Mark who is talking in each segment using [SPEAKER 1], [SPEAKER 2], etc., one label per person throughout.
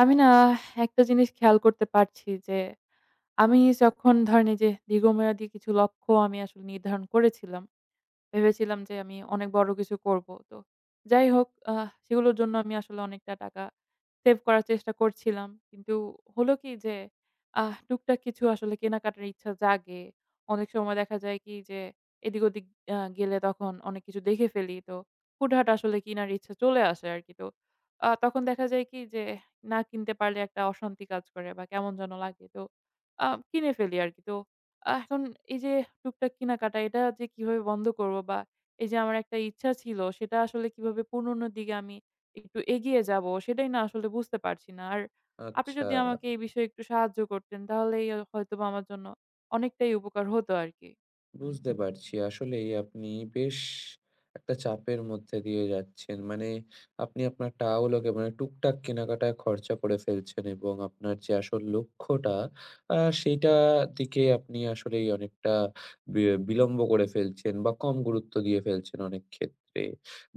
[SPEAKER 1] আমি না একটা জিনিস খেয়াল করতে পারছি যে, আমি যখন ধরেন এই যে দীর্ঘমেয়াদী কিছু লক্ষ্য আমি আসলে নির্ধারণ করেছিলাম। ভেবেছিলাম যে আমি অনেক বড় কিছু করব। তো যাই হোক সেগুলোর জন্য আমি আসলে অনেকটা টাকা সেভ করার চেষ্টা করছিলাম। কিন্তু হলো কি যে টুকটাক কিছু আসলে কেনাকাটার ইচ্ছা জাগে। অনেক সময় দেখা যায় কি যে এদিক-ওদিক গেলে তখন অনেক কিছু দেখে ফেলি। তো হুটহাট আসলে কিনার ইচ্ছা চলে আসে আরকি। তো তখন দেখা যায় কি যে না কিনতে পারলে একটা অশান্তি কাজ করে বা কেমন যেন লাগে। তো কিনে ফেলি আরকি। তো এখন এই যে টুকটাক কেনাকাটা, এটা যে কিভাবে বন্ধ করবো, বা এই যে আমার একটা ইচ্ছা ছিল সেটা আসলে কিভাবে পূরণের দিকে আমি একটু এগিয়ে যাব, সেটাই না আসলে বুঝতে পারছি না। আর আপনি
[SPEAKER 2] আচ্ছা,
[SPEAKER 1] যদি আমাকে এই বিষয়ে একটু সাহায্য করতেন তাহলেই হয়তোবা আমার জন্য অনেকটাই উপকার হতো আরকি।
[SPEAKER 2] বুঝতে পারছি। আসলেই আপনি বেশ একটা চাপের মধ্যে দিয়ে যাচ্ছেন। মানে আপনি আপনার টাওলকে মানে টুকটাক কেনাকাটায় খরচা করে ফেলছেন এবং আপনার যে আসল লক্ষ্যটা সেইটা দিকে আপনি আসলেই অনেকটা বি বিলম্ব করে ফেলছেন বা কম গুরুত্ব দিয়ে ফেলছেন অনেক ক্ষেত্রে।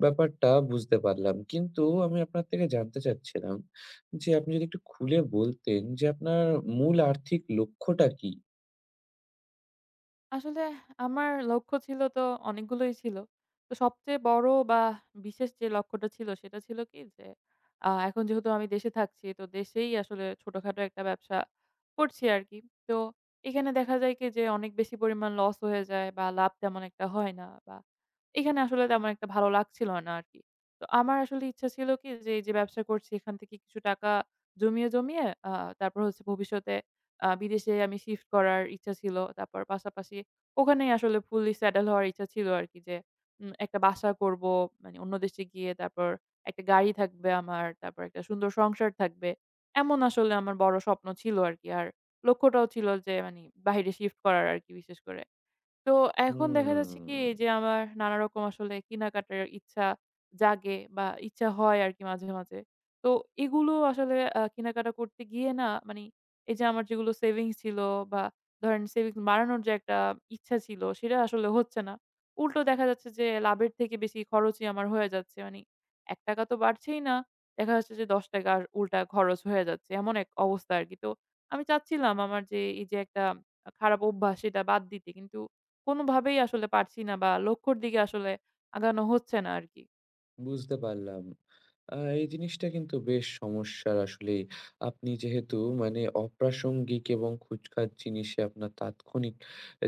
[SPEAKER 2] ব্যাপারটা বুঝতে পারলাম। কিন্তু আমি আপনার থেকে জানতে চাচ্ছিলাম যে আপনি যদি একটু খুলে বলতেন যে আপনার মূল আর্থিক লক্ষ্যটা কি?
[SPEAKER 1] আসলে আমার লক্ষ্য ছিল তো অনেকগুলোই ছিল। তো সবচেয়ে বড় বা বিশেষ যে লক্ষ্যটা ছিল সেটা ছিল কি যে এখন যেহেতু আমি দেশে থাকছি তো দেশেই আসলে ছোটখাটো একটা ব্যবসা করছি আরকি। তো এখানে দেখা যায় কি যে অনেক বেশি পরিমাণ লস হয়ে যায় বা লাভ তেমন একটা হয় না, বা এখানে আসলে তেমন একটা ভালো লাগছিল না আরকি। তো আমার আসলে ইচ্ছা ছিল কি যে এই যে ব্যবসা করছি এখান থেকে কিছু টাকা জমিয়ে, জমিয়ে তারপর হচ্ছে ভবিষ্যতে বিদেশে আমি শিফট করার ইচ্ছা ছিল। তারপর পাশাপাশি ওখানেই আসলে ফুললি সেটেল হওয়ার ইচ্ছা ছিল আরকি, যে একটা বাসা করব। মানে অন্য দেশে গিয়ে তারপর একটা গাড়ি থাকবে আমার, তারপর একটা সুন্দর সংসার থাকবে। এমন আসলে আমার বড় স্বপ্ন ছিল আরকি। আর লক্ষ্যটাও ছিল যে মানি বাহিরে শিফট করার আরকি বিশেষ করে। তো এখন দেখা যাচ্ছে কি
[SPEAKER 2] হুম।
[SPEAKER 1] যে আমার নানারকম আসলে কেনাকাটার ইচ্ছা জাগে বা ইচ্ছা হয় আরকি মাঝে, মাঝে। তো এগুলো আসলে কেনাকাটা করতে গিয়ে না মানি এই যে আমার যেগুলো সেভিংস ছিল বা ধরেন সেভিংস বাড়ানোর যে একটা ইচ্ছা ছিল সেটা আসলে হচ্ছে না। উল্টো দেখা যাচ্ছে যে লাভের থেকে বেশি খরচই আমার হয়ে যাচ্ছে। মানি ৳১ তো বাড়ছেই না। দেখা যাচ্ছে যে ৳১০ আর উল্টা খরচ হয়ে যাচ্ছে। এমন এক অবস্থা আরকি। তো আমি চাচ্ছিলাম আমার যে এই যে একটা খারাপ অভ্যাস সেটা বাদ দিতে। কিন্তু কোনোভাবেই আসলে পারছি না বা লক্ষ্যর দিকে আসলে আগানো হচ্ছে না আরকি।
[SPEAKER 2] বুঝতে পারলাম। এই জিনিসটা কিন্তু বেশ সমস্যার আসলেই। আপনি যেহেতু মানে অপ্রাসঙ্গিক এবং খুচখাচ জিনিসে আপনার তাৎক্ষণিক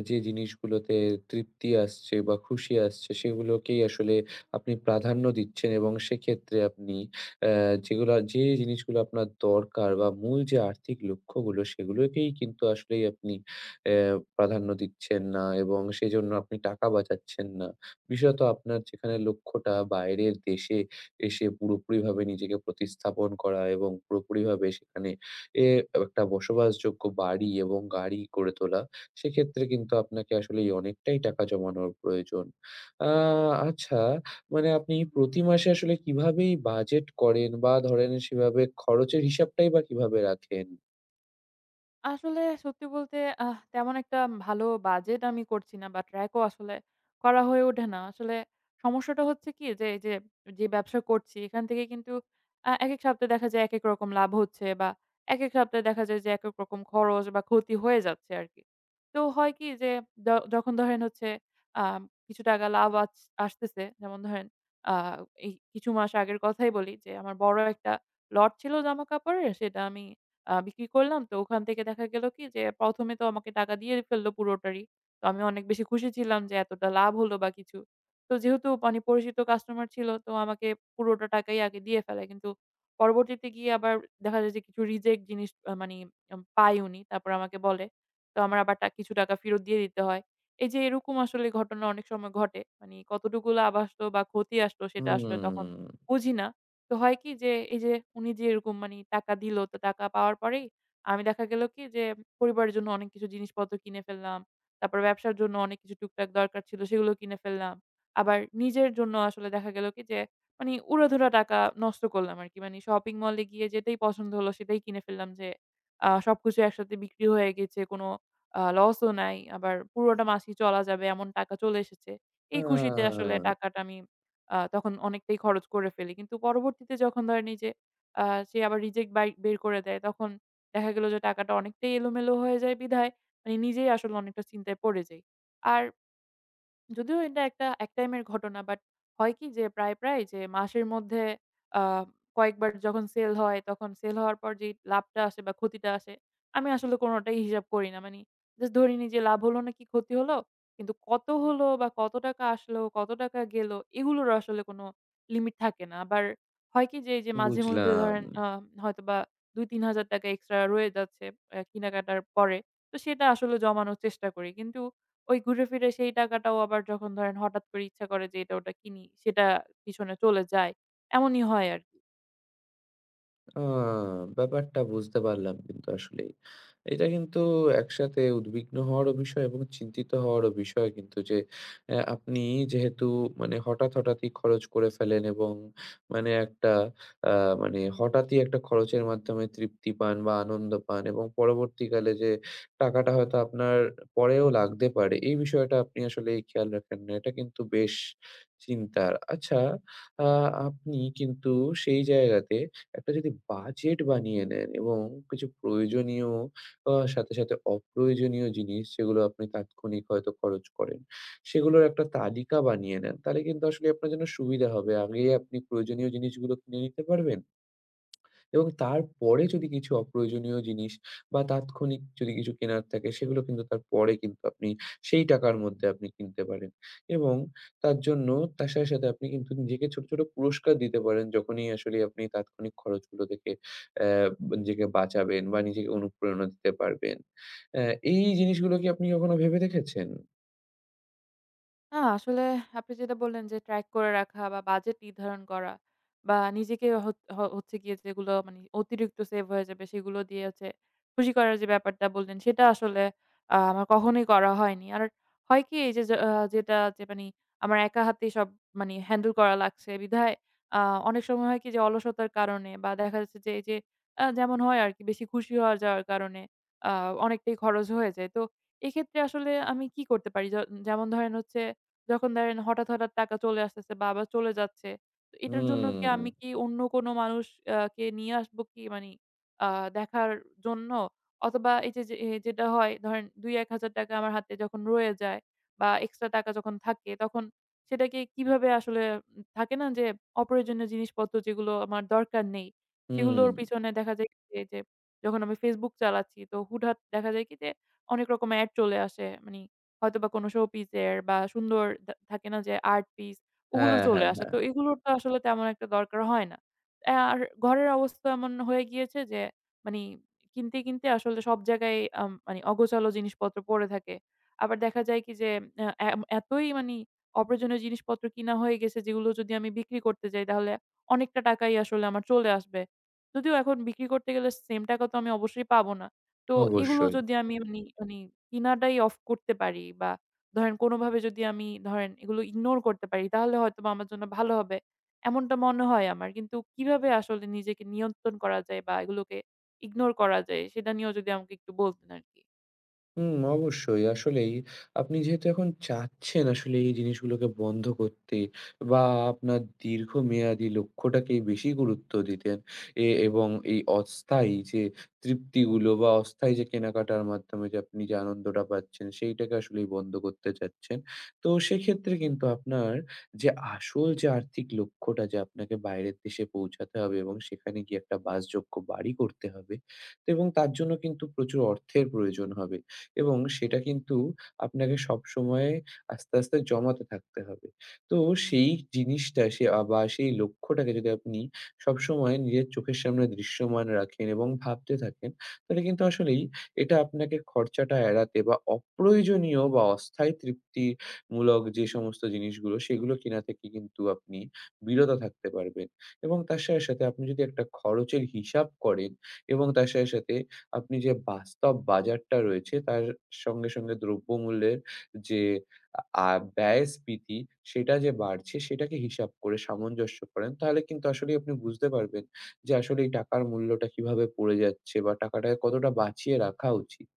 [SPEAKER 2] যে জিনিসগুলোতে তৃপ্তি আসছে বা খুশি আসছে, সেগুলোকেই আসলে আপনি প্রাধান্য দিচ্ছেন এবং সেক্ষেত্রে আপনি অ্যা যেগুলা যে জিনিসগুলো আপনার দরকার বা মূল যে আর্থিক লক্ষ্যগুলো, সেগুলোকেই কিন্তু আসলেই আপনি অ্যা প্রাধান্য দিচ্ছেন না এবং সেজন্য আপনি টাকা বাঁচাচ্ছেন না। বিশেষত আপনার যেখানে লক্ষ্যটা বাইরের দেশে এসে পুরোপুরিভাবে নিজেকে প্রতিস্থাপন করা এবং পুরোপুরিভাবে সেখানে এ একটা বসবাসযোগ্য বাড়ি এবং গাড়ি করে তোলা, সেক্ষেত্রে কিন্তু আপনাকে আসলেই অনেকটাই টাকা জমানোর প্রয়োজন। আ আচ্ছা, মানে আপনি প্রতি মাসে আসলে কিভাবেই বাজেট করেন বা ধরেন সেভাবে খরচের হিসাবটাই বা কিভাবে রাখেন?
[SPEAKER 1] আসলে সত্যি বলতে তেমন একটা ভালো বাজেট আমি করছি না বা ট্র্যাকও আসলে করা হয়ে ওঠে না। আসলে সমস্যাটা হচ্ছে কি যে, এই যে, ব্যবসা করছি এখান থেকে, কিন্তু একেক সপ্তাহে দেখা যায় একেক রকম লাভ হচ্ছে, বা একেক সপ্তাহে দেখা যায় যে একেক রকম খরচ বা ক্ষতি হয়ে যাচ্ছে আরকি। তো হয় কি যে, য যখন ধরেন হচ্ছে আ কিছু টাকা লাভ আসতেছে, যেমন ধরেন আ এই কিছু মাস আগের কথাই বলি যে আমার বড় একটা লট ছিল জামাকাপড়ের, সেটা আমি বিক্রি করলাম। তো ওখান থেকে দেখা গেল কি যে ১ম এ তো আমাকে টাকা দিয়ে ফেলল পুরোটারই। তো আমি অনেক বেশি খুশি ছিলাম যে এতটা লাভ হলো বা কিছু। তো যেহেতু মানে পরিচিত কাস্টমার ছিল তো আমাকে পুরোটা টাকাই আগে দিয়ে ফেলে। কিন্তু পরবর্তীতে গিয়ে আবার দেখা যায় যে কিছু রিজেক্ট জিনিস মানে পাই উনি। তারপর আমাকে বলে। তো আমার আবার কিছু টাকা ফেরত দিয়ে দিতে হয়। এই যে এরকম আসলে ঘটনা অনেক সময় ঘটে। মানে কতটুকু লাভ আসলো বা ক্ষতি আসলো সেটা আসলে তখন
[SPEAKER 2] হুম।
[SPEAKER 1] বুঝি না। তো হয় কি যে, এই যে উনি যে এরকম মানি টাকা দিল, তো টাকা পাওয়ার পরেই আমি দেখা গেল কি যে পরিবারের জন্য অনেক কিছু জিনিসপত্র কিনে ফেললাম। তারপর ব্যবসার জন্য অনেক কিছু টুকটাক দরকার ছিল, সেগুলো কিনে ফেললাম। আবার নিজের জন্য আসলে দেখা গেল কি যে মানি উড়াধুরা টাকা নষ্ট করলাম আরকি। মানি শপিং মলে গিয়ে যেটাই পছন্দ হলো, সেটাই কিনে ফেললাম, যে সবকিছু একসাথে বিক্রি হয়ে গেছে। কোনো লসও নাই। আবার পুরোটা মাসই চলা যাবে, এমন টাকা চলে এসেছে।
[SPEAKER 2] আ
[SPEAKER 1] এই খুশিতে আসলে টাকাটা আমি তখন অনেকটাই খরচ করে ফেলি। কিন্তু পরবর্তীতে যখন ধরেন এই যে সে আবার রিজেক্ট বাই বের করে দেয়, তখন দেখা গেল যে টাকাটা অনেকটাই এলোমেলো হয়ে যায় বিধায় মানে নিজেই আসলে অনেকটা চিন্তায় পড়ে যাই। আর যদিও এটা একটা একটাইমের ঘটনা, বাট হয় কি যে প্রায়, প্রায় যে মাসের মধ্যে আ কয়েকবার যখন সেল হয় তখন সেল হওয়ার পর যেই লাভটা আসে বা ক্ষতিটা আসে আমি আসলে কোনটাই হিসাব করি না। মানি জাস্ট ধরে নিই যে লাভ হলো নাকি ক্ষতি হলো। কিন্তু কত হলো বা কত টাকা আসলো, কত টাকা গেল, এগুলোর আসলে কোনো লিমিট থাকে না। আবার হয় কি যে এই যে মাঝে মধ্যে
[SPEAKER 2] বুঝলাম।
[SPEAKER 1] ধরেন হয়তোবা ২-৩ হাজার টাকা এক্সট্রা রয়ে যাচ্ছে কেনাকাটার পরে। তো সেটা আসলে জমানোর চেষ্টা করি। কিন্তু ওই ঘুরে ফিরে সেই টাকাটাও আবার যখন ধরেন হঠাৎ করে ইচ্ছা করে যে এটা ওটা কিনি, সেটা পিছনে চলে যায়। এমনই হয় আরকি।
[SPEAKER 2] আ ব্যাপারটা বুঝতে পারলাম কিন্তু আসলেই। এটা কিন্তু একসাথে উদ্বিগ্ন হওয়ারও বিষয় এবং চিন্তিত হওয়ারও বিষয় কিন্তু, যে আপনি যেহেতু মানে হঠাৎ, হঠাৎই খরচ করে ফেলেন এবং মানে একটা আ মানে হঠাৎই একটা খরচের মাধ্যমে তৃপ্তি পান বা আনন্দ পান এবং পরবর্তীকালে যে টাকাটা হয়তো আপনার পরেও লাগতে পারে, এই বিষয়টা আপনি আসলেই খেয়াল রাখেন না। এটা কিন্তু বেশ চিন্তার। আচ্ছা, আ আপনি কিন্তু সেই জায়গাতে একটা যদি বাজেট বানিয়ে নেন এবং কিছু প্রয়োজনীয় সাথে, সাথে অপ্রয়োজনীয় জিনিস, যেগুলো আপনি তাৎক্ষণিক হয়তো খরচ করেন, সেগুলোর একটা তালিকা বানিয়ে নেন। তাহলে কিন্তু আসলে আপনার জন্য সুবিধা হবে। আগেই আপনি প্রয়োজনীয় জিনিসগুলো কিনে নিতে পারবেন এবং তারপরে যদি কিছু অপ্রয়োজনীয় জিনিস বা তাৎক্ষণিক যদি কিছু কেনার থাকে, সেগুলো কিন্তু তারপরে কিন্তু আপনি সেই টাকার মধ্যে আপনি কিনতে পারেন, এবং তার জন্য তার সাথে, সাথে আপনি কিন্তু নিজেকে ছোট, ছোট পুরস্কার দিতে পারেন যখনই আসলে আপনি তাৎক্ষণিক খরচগুলো থেকে অ্যা নিজেকে বাঁচাবেন বা নিজেকে অনুপ্রেরণা দিতে পারবেন। অ্যা এই জিনিসগুলো কি আপনি কখনো ভেবে দেখেছেন?
[SPEAKER 1] না, আসলে আপনি যেটা বললেন যে ট্র্যাক করে রাখা বা বাজেট নির্ধারণ করা, বা নিজেকে হচ হ হচ্ছে গিয়ে যেগুলো মানে অতিরিক্ত সেভ হয়ে যাবে সেগুলো দিয়ে হচ্ছে খুশি করার যে ব্যাপারটা বললেন, সেটা আসলে আমার কখনোই করা হয়নি। আর হয় কি এই যে যে যেটা যে মানি আমার একা হাতেই সব মানি হ্যান্ডেল করা লাগছে বিধায় আ অনেক সময় হয় কি যে অলসতার কারণে, বা দেখা যাচ্ছে যে এই যে যেমন হয় আরকি বেশি খুশি হওয়া যাওয়ার কারণে আ অনেকটাই খরচ হয়ে যায়। তো এক্ষেত্রে আসলে আমি কি করতে পারি? যেমন ধরেন হচ্ছে যখন ধরেন হঠাৎ, হঠাৎ টাকা চলে আসতেছে বা আবার চলে যাচ্ছে। তো এটার জন্য কি
[SPEAKER 2] হুম,
[SPEAKER 1] আমি কি অন্য কোনো মানুষ কে নিয়ে আসবো কি মানি আ দেখার জন্য? অথবা এই যে, যে এ যেটা হয় ধরেন ৳২-১,000 আমার হাতে যখন রয়ে যায় বা এক্সট্রা টাকা যখন থাকে তখন সেটাকে কিভাবে আসলে থাকে না যে অপ্রয়োজনীয় জিনিসপত্র যেগুলো আমার দরকার নেই,
[SPEAKER 2] হুম।
[SPEAKER 1] সেগুলোর পিছনে দেখা যায় কি যে, যে যখন আমি Facebook চালাচ্ছি তো হুটহাট দেখা যায় কি যে অনেক রকম এড চলে আসে। মানি হয়তোবা কোনো শোপিসের বা সুন্দর দা থাকে না যে আর্ট পিস ওগুলো
[SPEAKER 2] হ্যাঁ,
[SPEAKER 1] চলে
[SPEAKER 2] হ্যাঁ,
[SPEAKER 1] আসে।
[SPEAKER 2] হ্যাঁ।
[SPEAKER 1] তো এগুলোর তো আসলে তেমন একটা দরকার হয় না। আর ঘরের অবস্থা এমন হয়ে গিয়েছে যে মানি কিনতে, কিনতে আসলে সব জায়গায় মানি অগোছালো জিনিসপত্র পড়ে থাকে। আবার দেখা যায় কি যে এতই মানি অপ্রয়োজনীয় জিনিসপত্র কিনা হয়ে গেছে যেগুলো যদি আমি বিক্রি করতে যাই তাহলে অনেকটা টাকাই আসলে আমার চলে আসবে। যদিও এখন বিক্রি করতে গেলে সেম টাকা তো আমি অবশ্যই পাবো না। তো এগুলো
[SPEAKER 2] অবশ্যই।
[SPEAKER 1] যদি আমি মানি মানে কিনাটাই অফ করতে পারি, বা ধরেন কোনোভাবে যদি আমি ধরেন এগুলো ইগনোর করতে পারি তাহলে হয়তোবা আমার জন্য ভালো হবে। এমনটা মনে হয় আমার। কিন্তু কিভাবে আসলে নিজেকে নিয়ন্ত্রণ করা যায় বা এগুলোকে ইগনোর করা যায় সেটা নিয়েও যদি আমাকে একটু বলতেন আরকি।
[SPEAKER 2] হুম, অবশ্যই। আসলেই আপনি যেহেতু এখন চাচ্ছেন আসলে এই জিনিসগুলোকে বন্ধ করতে বা আপনার দীর্ঘমেয়াদী লক্ষ্যটাকেই বেশি গুরুত্ব দিতেন, এবং এই অস্থায়ী যে তৃপ্তিগুলো বা অস্থায়ী যে কেনাকাটার মাধ্যমে যে আপনি যে আনন্দটা পাচ্ছেন, সেইটাকে আসলেই বন্ধ করতে চাচ্ছেন। তো সেক্ষেত্রে কিন্তু আপনার যে আসল যে আর্থিক লক্ষ্যটা, যে আপনাকে বাইরের দেশে পৌঁছাতে হবে এবং সেখানে গিয়ে একটা বাসযোগ্য বাড়ি করতে হবে। তো এবং তার জন্য কিন্তু প্রচুর অর্থের প্রয়োজন হবে। এবং সেটা কিন্তু আপনাকে সবসময় আস্তে, আস্তে জমাতে থাকতে হবে। তো সেই জিনিসটা সে আ বা সেই লক্ষ্যটাকে যদি আপনি সবসময় নিজের চোখের সামনে দৃশ্যমান রাখেন এবং ভাবতে থাকেন, তাহলে কিন্তু আসলেই এটা আপনাকে খরচাটা এড়াতে বা অপ্রয়োজনীয় বা অস্থায়ী তৃপ্তিমূলক যে সমস্ত জিনিসগুলো, সেগুলো কেনা থেকে কিন্তু আপনি বিরত থাকতে পারবেন, এবং তার সাথে, সাথে আপনি যদি একটা খরচের হিসাব করেন এবং তার সাথে, সাথে আপনি যে বাস্তব বাজারটা রয়েছে তার সঙ্গে, সঙ্গে দ্রব্যমূল্যের যে আ আ- ব্যয়স্ফীতি, সেটা যে বাড়ছে সেটাকে হিসাব করে সামঞ্জস্য করেন, তাহলে কিন্তু আসলেই আপনি বুঝতে পারবেন যে আসলে এই টাকার মূল্যটা কিভাবে পড়ে যাচ্ছে বা টাকাটাকে কতটা বাঁচিয়ে রাখা উচিত।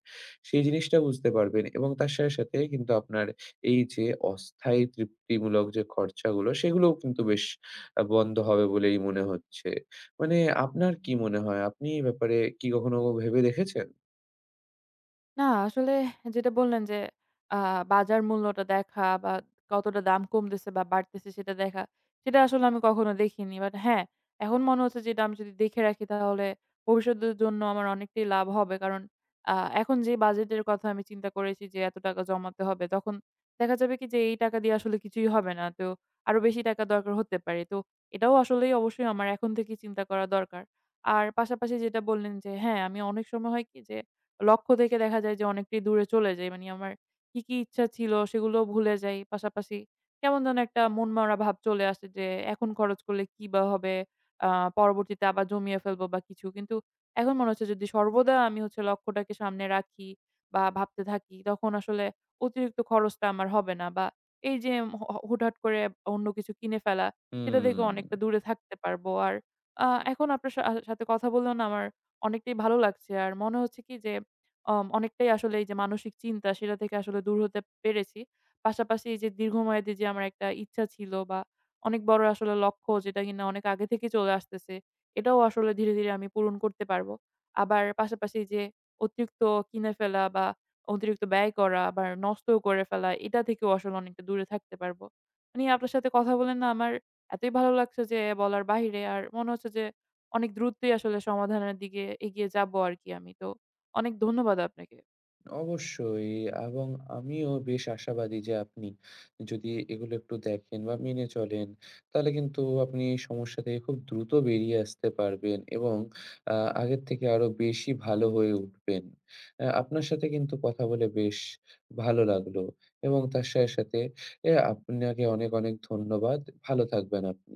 [SPEAKER 2] সেই জিনিসটা বুঝতে পারবেন এবং তার সাথে, সাথে কিন্তু আপনার এই যে অস্থায়ী তৃপ্তিমূলক যে খরচাগুলো, সেগুলোও কিন্তু বেশ বন্ধ হবে বলেই মনে হচ্ছে। মানে আপনার কি মনে হয়? আপনি এই ব্যাপারে কি কখনো ভেবে দেখেছেন?
[SPEAKER 1] না, আসলে যেটা বললেন যে আ বাজার মূল্যটা দেখা বা কতটা দাম কমতেছে বা বাড়তেছে সেটা দেখা, সেটা আসলে আমি কখনো দেখিনি। বাট হ্যাঁ, এখন মনে হচ্ছে যে এটা আমি যদি দেখে রাখি তাহলে ভবিষ্যতের জন্য আমার অনেকটাই লাভ হবে। কারণ আ এখন যে বাজেটের কথা আমি চিন্তা করেছি যে এত টাকা জমাতে হবে, তখন দেখা যাবে কি যে এই টাকা দিয়ে আসলে কিছুই হবে না। তো আরো বেশি টাকা দরকার হতে পারে। তো এটাও আসলেই অবশ্যই আমার এখন থেকেই চিন্তা করা দরকার। আর পাশাপাশি যেটা বললেন যে হ্যাঁ, আমি অনেক সময় হয় কি যে লক্ষ্য থেকে দেখা যায় যে অনেকটাই দূরে চলে যাই। মানে আমার কি, কি ইচ্ছা ছিল সেগুলোও ভুলে যাই। পাশাপাশি কেমন যেন একটা মনমরা ভাব চলে আসে যে এখন খরচ করলে কি বা হবে? আ পরবর্তীতে আবার জমিয়ে ফেলবো বা কিছু। কিন্তু এখন মনে হচ্ছে যদি সর্বদা আমি হচ্ছে লক্ষ্যটাকে সামনে রাখি বা ভাবতে থাকি তখন আসলে অতিরিক্ত খরচটা আমার হবে না, বা এই যে হ হ হুটহাট করে অন্য কিছু কিনে ফেলা সেটা থেকে
[SPEAKER 2] হুম,
[SPEAKER 1] অনেকটা দূরে থাকতে পারবো। আর আ এখন আপনার সাথে কথা বললেও না আমার অনেকটাই ভালো লাগছে। আর মনে হচ্ছে কি যে অনেকটাই আসলে এই যে মানসিক চিন্তা সেটা থেকে আসলে দূর হতে পেরেছি। পাশাপাশি এই যে দীর্ঘমেয়াদী যে আমার একটা ইচ্ছা ছিল বা অনেক বড় আসলে লক্ষ্য যেটা কিনা অনেক আগে থেকে চলে আসতেছে, এটাও আসলে ধীরে, ধীরে আমি পূরণ করতে পারবো। আবার পাশাপাশি যে অতিরিক্ত কিনে ফেলা বা অতিরিক্ত ব্যয় করা আবার নষ্টও করে ফেলা, এটা থেকেও আসলে অনেকটা দূরে থাকতে পারবো। মানে আপনার সাথে কথা বলে না আমার এতই ভালো লাগছে যে বলার বাহিরে। আর মনে হচ্ছে যে অনেক দ্রুতই আসলে সমাধানের দিকে এগিয়ে যাবো আরকি আমি। তো অনেক ধন্যবাদ আপনাকে।
[SPEAKER 2] অবশ্যই, এবং আমিও বেশ আশাবাদী যে আপনি যদি এগুলো একটু দেখেন বা মেনে চলেন, তাহলে কিন্তু আপনি এই সমস্যা থেকে খুব দ্রুত বেরিয়ে আসতে পারবেন এবং আ আগের থেকে আরো বেশি ভালো হয়ে উঠবেন। আপনার সাথে কিন্তু কথা বলে বেশ ভালো লাগলো, এবং তার সাথে, সাথে আপনাকে অনেক, অনেক ধন্যবাদ। ভালো থাকবেন আপনি।